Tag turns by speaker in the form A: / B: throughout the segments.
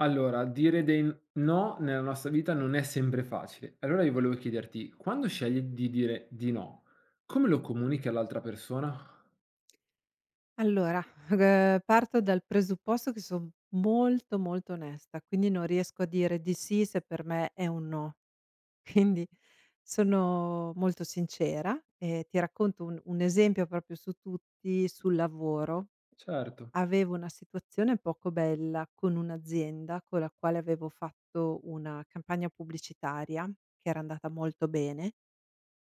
A: Allora, dire dei n no nella nostra vita non è sempre facile. Allora io volevo chiederti, quando scegli di dire di no, come lo comunichi all'altra persona?
B: Allora, parto dal presupposto che son molto, molto onesta, quindi non riesco a dire di sì se per me è un no. Quindi sono molto sincera e ti racconto un esempio proprio su tutti sul lavoro.
A: Certo,
B: Avevo una situazione poco bella con un'azienda con la quale avevo fatto una campagna pubblicitaria che era andata molto bene,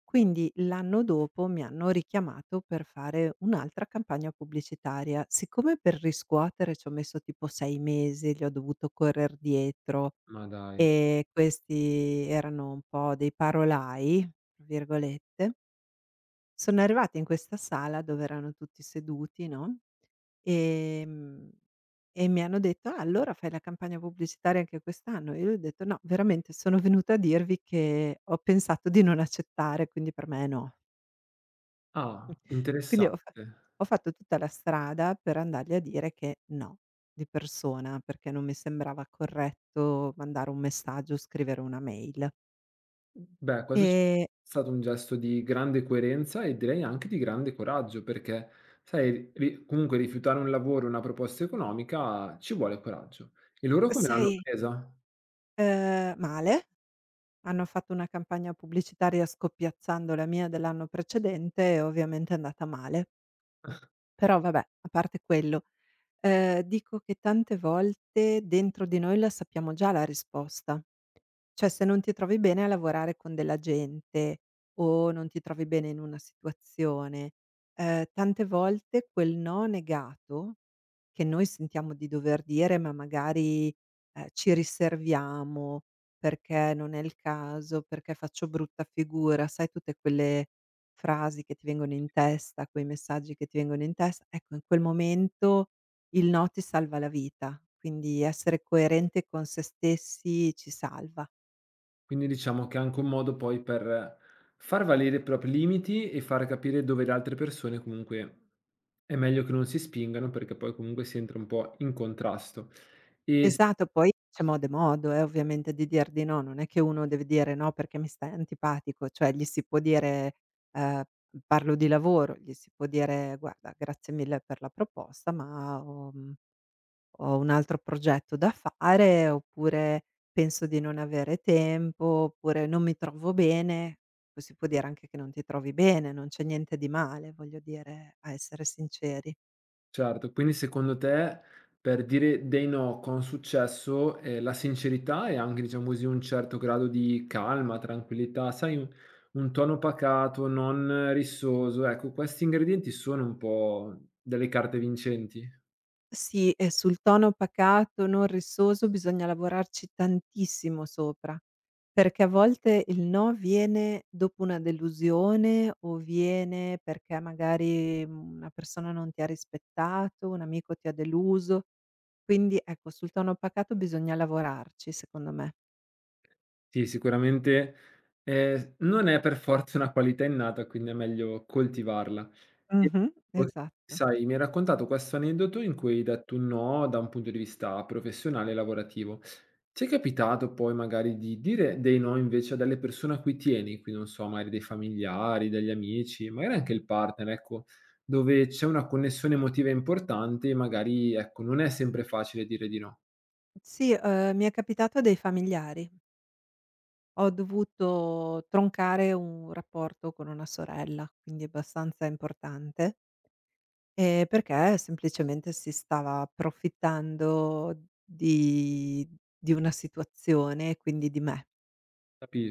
B: quindi l'anno dopo mi hanno richiamato per fare un'altra campagna pubblicitaria. Siccome per riscuotere ci ho messo tipo 6 mesi, gli ho dovuto correr dietro
A: ma dai.
B: e questi erano un po' dei "parolai", tra virgolette. Sono arrivata in questa sala dove erano tutti seduti, no, ehm, e mi hanno detto: "Ah, allora fai la campagna pubblicitaria anche quest'anno?" E io gli ho detto: "No, veramente sono venuta a dirvi che ho pensato di non accettare, quindi per me è no."
A: Ah,
B: Quindi
A: interessante.
B: ho fatto tutta la strada per andargli a dire che no, di persona, perché non mi sembrava corretto mandare un messaggio o scrivere una mail.
A: Beh, questo è
B: Ehm,
A: stato un gesto di grande coerenza e direi anche di grande coraggio, perché sai, ri comunque rifiutare un lavoro, una proposta economica ci vuole coraggio. E loro come l'hanno
B: sai,
A: presa?
B: male, hanno fatto una campagna pubblicitaria scoppiazzando la mia dell'anno precedente e ovviamente è andata male. Però vabbè, a parte quello, dico che tante volte dentro di noi la sappiamo già la risposta. Cioè, se non ti trovi bene a lavorare con della gente o non ti trovi bene in una situazione, tante volte quel no negato, che noi sentiamo di dover dire, ma magari, ci riserviamo perché non è il caso, perché faccio brutta figura, sai, tutte quelle frasi che ti vengono in testa, quei messaggi che ti vengono in testa, ecco, in quel momento il no ti salva la vita, quindi essere coerente con se stessi ci salva.
A: Quindi diciamo che è anche un modo poi per far valere i propri limiti e far capire dove le altre persone comunque è meglio che non si spingano perché poi comunque si entra un po' in contrasto. E s
B: Esatto, poi c'è modo e modo, ovviamente di dir di no. Non è che uno deve dire: "No, perché mi stai antipatico", cioè gli si può dire, ehm, parlo di lavoro, gli si può dire: "Guarda, grazie mille per la proposta, ma ho ho un altro progetto da fare", oppure: "Penso di non avere tempo", oppure: "Non mi trovo bene". Poi si può dire anche che non ti trovi bene, non c'è niente di male, voglio dire, a essere sinceri.
A: Certo, quindi secondo te per dire dei no con successo, la sincerità e anche diciamo così un certo grado di calma, tranquillità, sai un tono pacato, non rissoso, ecco questi ingredienti sono un po' delle carte vincenti?
B: Sì, e sul tono pacato, non rissoso, bisogna lavorarci tantissimo sopra, perché a volte il no viene dopo una delusione o viene perché magari una persona non ti ha rispettato, un amico ti ha deluso. Quindi ecco, sul tono pacato bisogna lavorarci secondo me.
A: Sì, sicuramente, non è per forza una qualità innata, quindi è meglio coltivarla. E
B: Mh-mh,
A: poi,
B: esatto.
A: sai, mi hai raccontato questo aneddoto in cui hai detto un no da un punto di vista professionale e lavorativo. Ti è capitato poi magari di dire dei no invece a delle persone a cui tieni, quindi non so, magari dei familiari, degli amici, magari anche il partner, ecco, dove c'è una connessione emotiva importante e magari, ecco, non è sempre facile dire di no.
B: Sì, mi è capitato a dei familiari. Ho dovuto troncare un rapporto con una sorella, quindi abbastanza importante. Perché semplicemente si stava approfittando di di una situazione e quindi di me.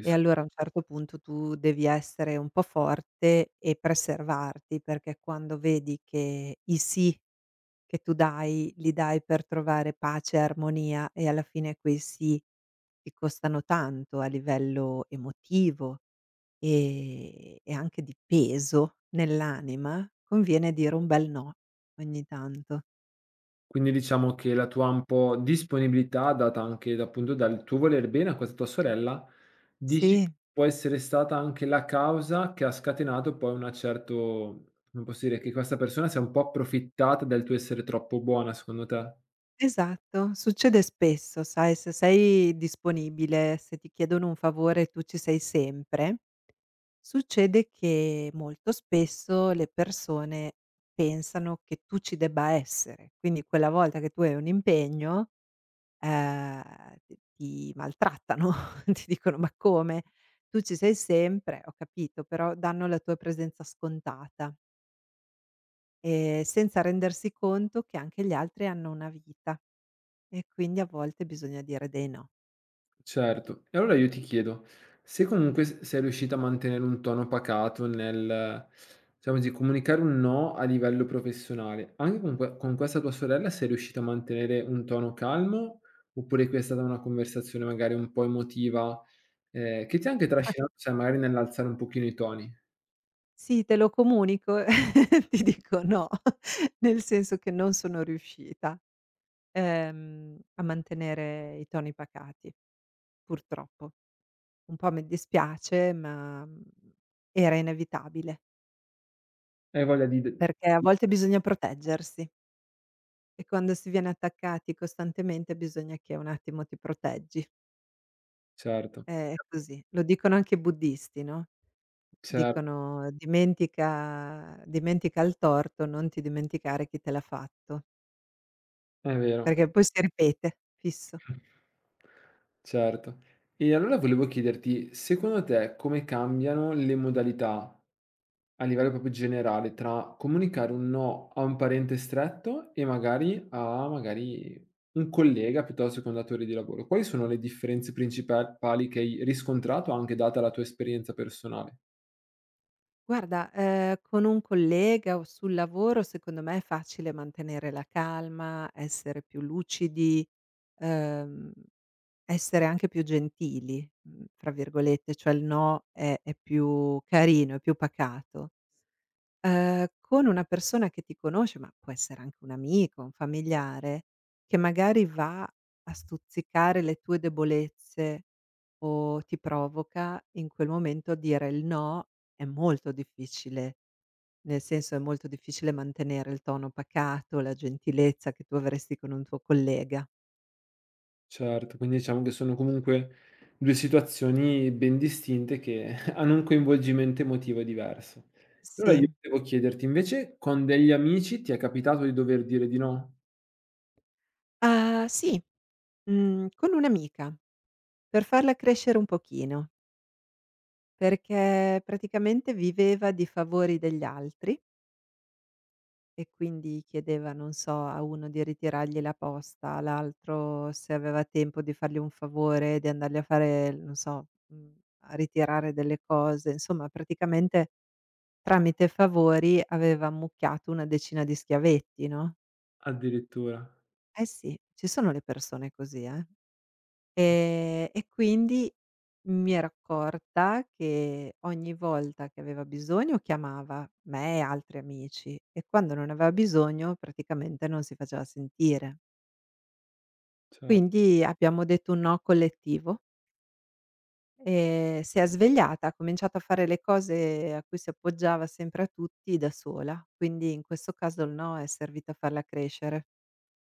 B: E allora a un certo punto tu devi essere un po' forte e preservarti, perché quando vedi che i sì che tu dai, li dai per trovare pace e armonia, e alla fine quei sì ti costano tanto a livello emotivo, e anche di peso nell'anima, conviene dire un bel no ogni tanto.
A: Quindi diciamo che la tua un po' disponibilità, data anche da appunto dal tuo voler bene a questa tua sorella, dici
B: Sì,
A: può essere stata anche la causa che ha scatenato poi una certo come posso dire, che questa persona si è un po' approfittata del tuo essere troppo buona, secondo te?
B: esatto. Succede spesso, sai, se sei disponibile, se ti chiedono un favore e tu ci sei sempre, succede che molto spesso le persone pensano che tu ci debba essere. Quindi quella volta che tu hai un impegno, ti maltrattano, ti dicono: "Ma come? Tu ci sei sempre". Ho capito, però danno la tua presenza scontata, senza rendersi conto che anche gli altri hanno una vita. E quindi a volte bisogna dire dei no.
A: Certo. E allora io ti chiedo, se comunque s sei riuscita a mantenere un tono pacato nel, diciamo così, comunicare un no a livello professionale, anche con que con questa tua sorella sei riuscita a mantenere un tono calmo, oppure qui è stata una conversazione magari un po' emotiva, che ti ha anche trascinato, sai, magari nell'alzare un pochino i toni?
B: "Sì, te lo comunico", ti dico no, nel senso che non sono riuscita, a mantenere i toni pacati, purtroppo. Un po' mi dispiace, ma, era inevitabile,
A: Hai voglia di d
B: perché a volte bisogna proteggersi e quando si viene attaccati costantemente bisogna che un attimo ti proteggi.
A: Certo,
B: È così, lo dicono anche i buddisti, no?
A: cer
B: Dicono: "Dimentica il torto, non ti dimenticare chi te l'ha fatto",
A: è vero.
B: perché poi si ripete, fisso.
A: Certo. E allora volevo chiederti, secondo te come cambiano le modalità a livello proprio generale, tra comunicare un no a un parente stretto e magari un collega piuttosto che un datore di lavoro. Quali sono le differenze principali che hai riscontrato, anche data la tua esperienza personale?
B: Guarda, con un collega o sul lavoro secondo me è facile mantenere la calma, essere più lucidi, ehm, essere anche più "gentili", fra virgolette, cioè il "no" è più carino, è più pacato. Ehm, con una persona che ti conosce, ma può essere anche un amico, un familiare, che magari va a stuzzicare le tue debolezze o ti provoca, in quel momento dire il no è molto difficile. Nel senso, è molto difficile mantenere il tono pacato, la gentilezza che tu avresti con un tuo collega.
A: Certo, quindi diciamo che sono comunque 2 situazioni ben distinte che hanno un coinvolgimento emotivo diverso. Allora io
B: Sì.
A: volevo chiederti invece, con degli amici ti è capitato di dover dire di no?
B: Ah, sì, con un'amica, per farla crescere un pochino, perché praticamente viveva di favori degli altri. E quindi chiedeva, non so, a uno di ritirargli la posta, all'altro se aveva tempo di fargli un favore, di andargli a fare, non so, a ritirare delle cose. Insomma, praticamente tramite favori aveva ammucchiato una decina di schiavetti, no.
A: Addirittura,
B: Eh sì, ci sono le persone così, eh. E quindi mi ero accorta che ogni volta che aveva bisogno chiamava me e altri amici, e quando non aveva bisogno praticamente non si faceva sentire.
A: cer
B: Quindi abbiamo detto un no collettivo e si è svegliata, ha cominciato a fare le cose a cui si appoggiava sempre a tutti da sola, quindi in questo caso il no è servito a farla crescere.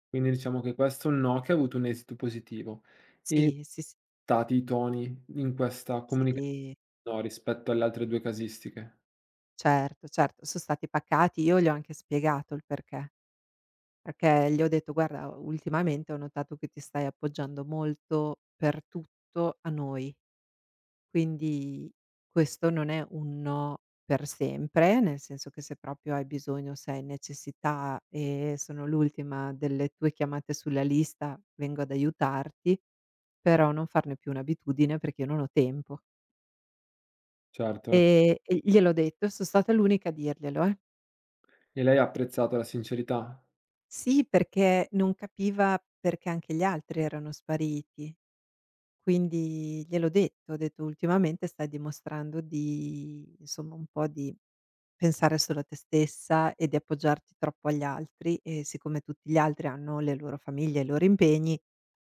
A: quindi diciamo che questo è un no che ha avuto un esito positivo. E
B: Sì, sì, sì,
A: stati i toni in questa comunicazione
B: sì,
A: no, rispetto alle altre 2 casistiche.
B: certo, certo, son stati pacati, io gli ho anche spiegato il perché. Perché gli ho detto: "Guarda, ultimamente ho notato che ti stai appoggiando molto per tutto a noi, quindi questo non è un no per sempre, nel senso che se proprio hai bisogno, se hai necessità e sono l'ultima delle tue chiamate sulla lista, vengo ad aiutarti, però non farne più un'abitudine perché io non ho tempo".
A: Certo.
B: E gliel'ho detto e son stata l'unica a dirglielo, eh.
A: E lei ha apprezzato la sincerità?
B: Sì, perché non capiva perché anche gli altri erano spariti. Quindi gliel'ho detto, ho detto: "Ultimamente stai dimostrando di, insomma, un po' di pensare solo a te stessa e di appoggiarti troppo agli altri, e siccome tutti gli altri hanno le loro famiglie e i loro impegni,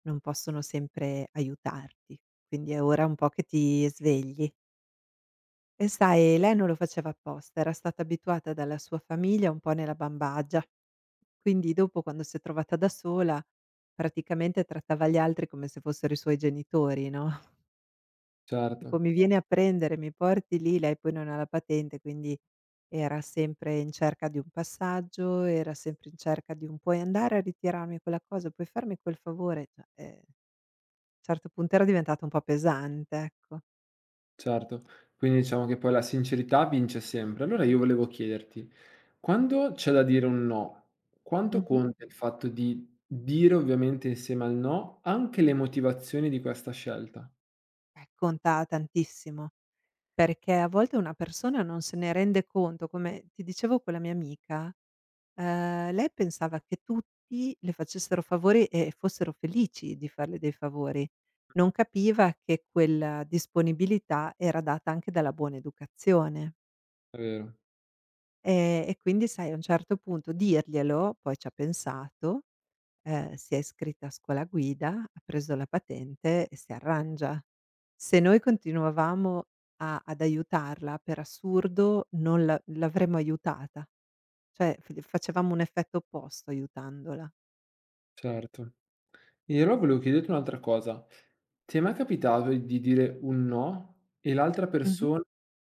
B: non possono sempre aiutarti. Quindi è ora un po' che ti svegli". E sai, lei non lo faceva apposta, era stata abituata dalla sua famiglia un po' nella bambagia. Quindi dopo, quando s'è trovata da sola, praticamente trattava gli altri come se fossero i suoi genitori, no?
A: Certo,
B: Tipo: "Mi vieni a prendere, mi porti lì", lei poi non ha la patente, quindi era sempre in cerca di un passaggio, era sempre in cerca di un: "Puoi andare a ritirarmi quella cosa? Puoi farmi quel favore?" Cioè, a un certo punto era diventata un po' pesante, ecco.
A: certo. Quindi diciamo che poi la sincerità vince sempre. Allora io volevo chiederti, quando c'è da dire un no, quanto
B: Mh-mh.
A: conta il fatto di dire ovviamente insieme al no anche le motivazioni di questa scelta?
B: Ecco. Conta tantissimo, perché a volte una persona non se ne rende conto, come ti dicevo con la mia amica. Lei pensava che tutti le facessero favori e fossero felici di farle dei favori. Non capiva che quella disponibilità era data anche dalla buona educazione.
A: È vero,
B: E quindi sai, a un certo punto, dirglielo, poi ci ha pensato, si è iscritta a scuola guida, ha preso la patente e si arrangia. Se noi continuavamo a ad aiutarla, per assurdo non la l'avremmo aiutata, cioè f facevamo un effetto opposto aiutandola.
A: certo. E allora volevo chiederti un'altra cosa. Ti è mai capitato di dire un no e l'altra
B: Mh-mh.
A: persona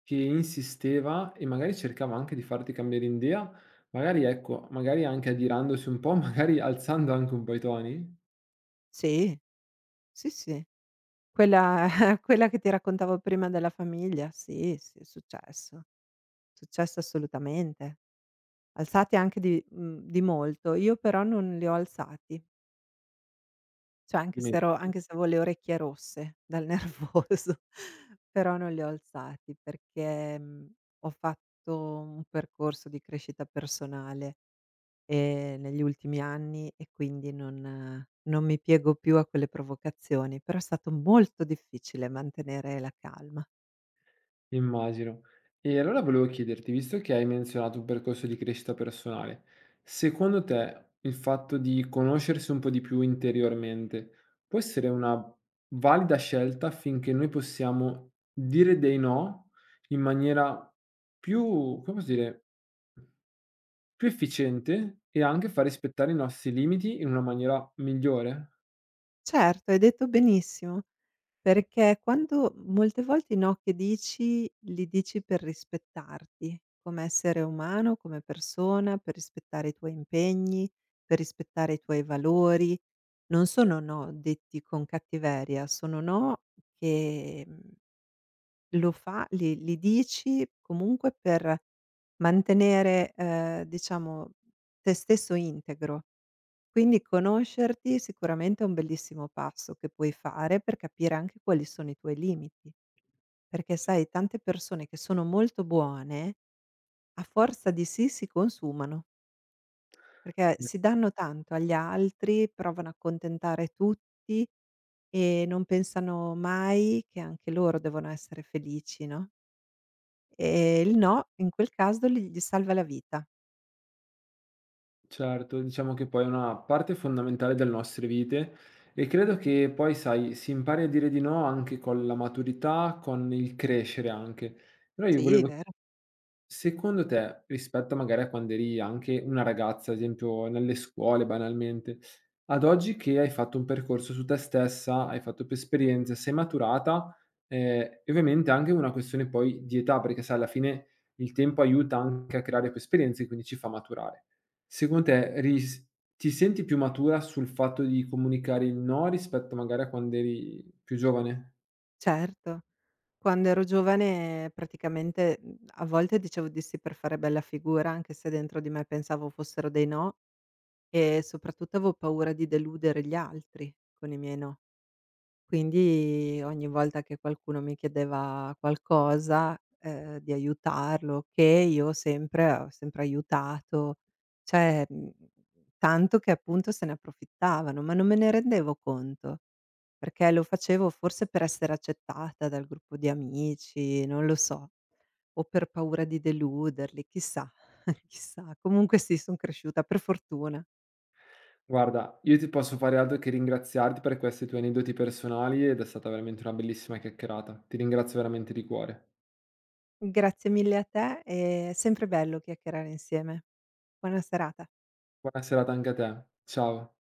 A: che insisteva e magari cercava anche di farti cambiare idea, magari ecco, magari anche adirandosi un po', magari alzando anche un po' i toni?
B: Sì, sì, sì. Quella quella che ti raccontavo prima della famiglia, sì, sì, è successo. Successo assolutamente. Alzati anche di di molto. Io però non li ho alzati, cioè
A: Complimenti.
B: anche se avevo le orecchie rosse dal nervoso, però non li ho alzati perché, ho fatto un percorso di crescita personale, negli ultimi anni, e quindi non mi piego più a quelle provocazioni, però è stato molto difficile mantenere la calma.
A: Immagino. E allora volevo chiederti, visto che hai menzionato un percorso di crescita personale, secondo te il fatto di conoscersi un po' di più interiormente può essere una valida scelta affinché noi possiamo dire dei no in maniera più, come posso dire, più efficiente e anche far rispettare i nostri limiti in una maniera migliore?
B: Certo, hai detto benissimo, perché quando molte volte i no che dici, li dici per rispettarti come essere umano, come persona, per rispettare i tuoi impegni, per rispettare i tuoi valori. Non sono no detti con cattiveria, sono no che mhmm lo fa, li dici comunque per mantenere, diciamo, te stesso integro. Quindi conoscerti sicuramente è un bellissimo passo che puoi fare per capire anche quali sono i tuoi limiti, perché sai, tante persone che sono molto buone, a forza di sì si consumano, perché si danno tanto agli altri, provano a accontentare tutti e non pensano mai che anche loro devono essere felici, no? Il no in quel caso li gli salva la vita.
A: Certo, diciamo che poi è una parte fondamentale delle nostre vite e credo che poi, sai, si impari a dire di no anche con la maturità, con il crescere anche. Però io
B: Sì,
A: volevo
B: vero,
A: secondo te, rispetto magari a quando eri anche una ragazza, ad esempio nelle scuole banalmente, ad oggi che hai fatto un percorso su te stessa, hai fatto più esperienze, sei maturata, e ovviamente anche una questione poi di età, perché sai alla fine il tempo aiuta anche a creare più esperienze, quindi ci fa maturare. Secondo te ris Ti senti più matura sul fatto di comunicare il no rispetto magari a quando eri più giovane?
B: certo. Quando ero giovane praticamente, a volte dicevo di sì per fare bella figura, anche se dentro di me pensavo fossero dei no, e soprattutto avevo paura di deludere gli altri con i miei no. Quindi ogni volta che qualcuno mi chiedeva qualcosa, di aiutarlo, che io sempre ho sempre aiutato, cioè, tanto che appunto se ne approfittavano, ma non me ne rendevo conto, perché lo facevo forse per essere accettata dal gruppo di amici, non lo so, o per paura di deluderli, chissà, chissà. Comunque sì, son cresciuta, per fortuna.
A: Guarda, io ti posso fare altro che ringraziarti per questi tuoi aneddoti personali ed è stata veramente una bellissima chiacchierata. Ti ringrazio veramente di cuore.
B: Grazie mille a te, è sempre bello chiacchierare insieme. Buona serata.
A: Buona serata anche a te. Ciao.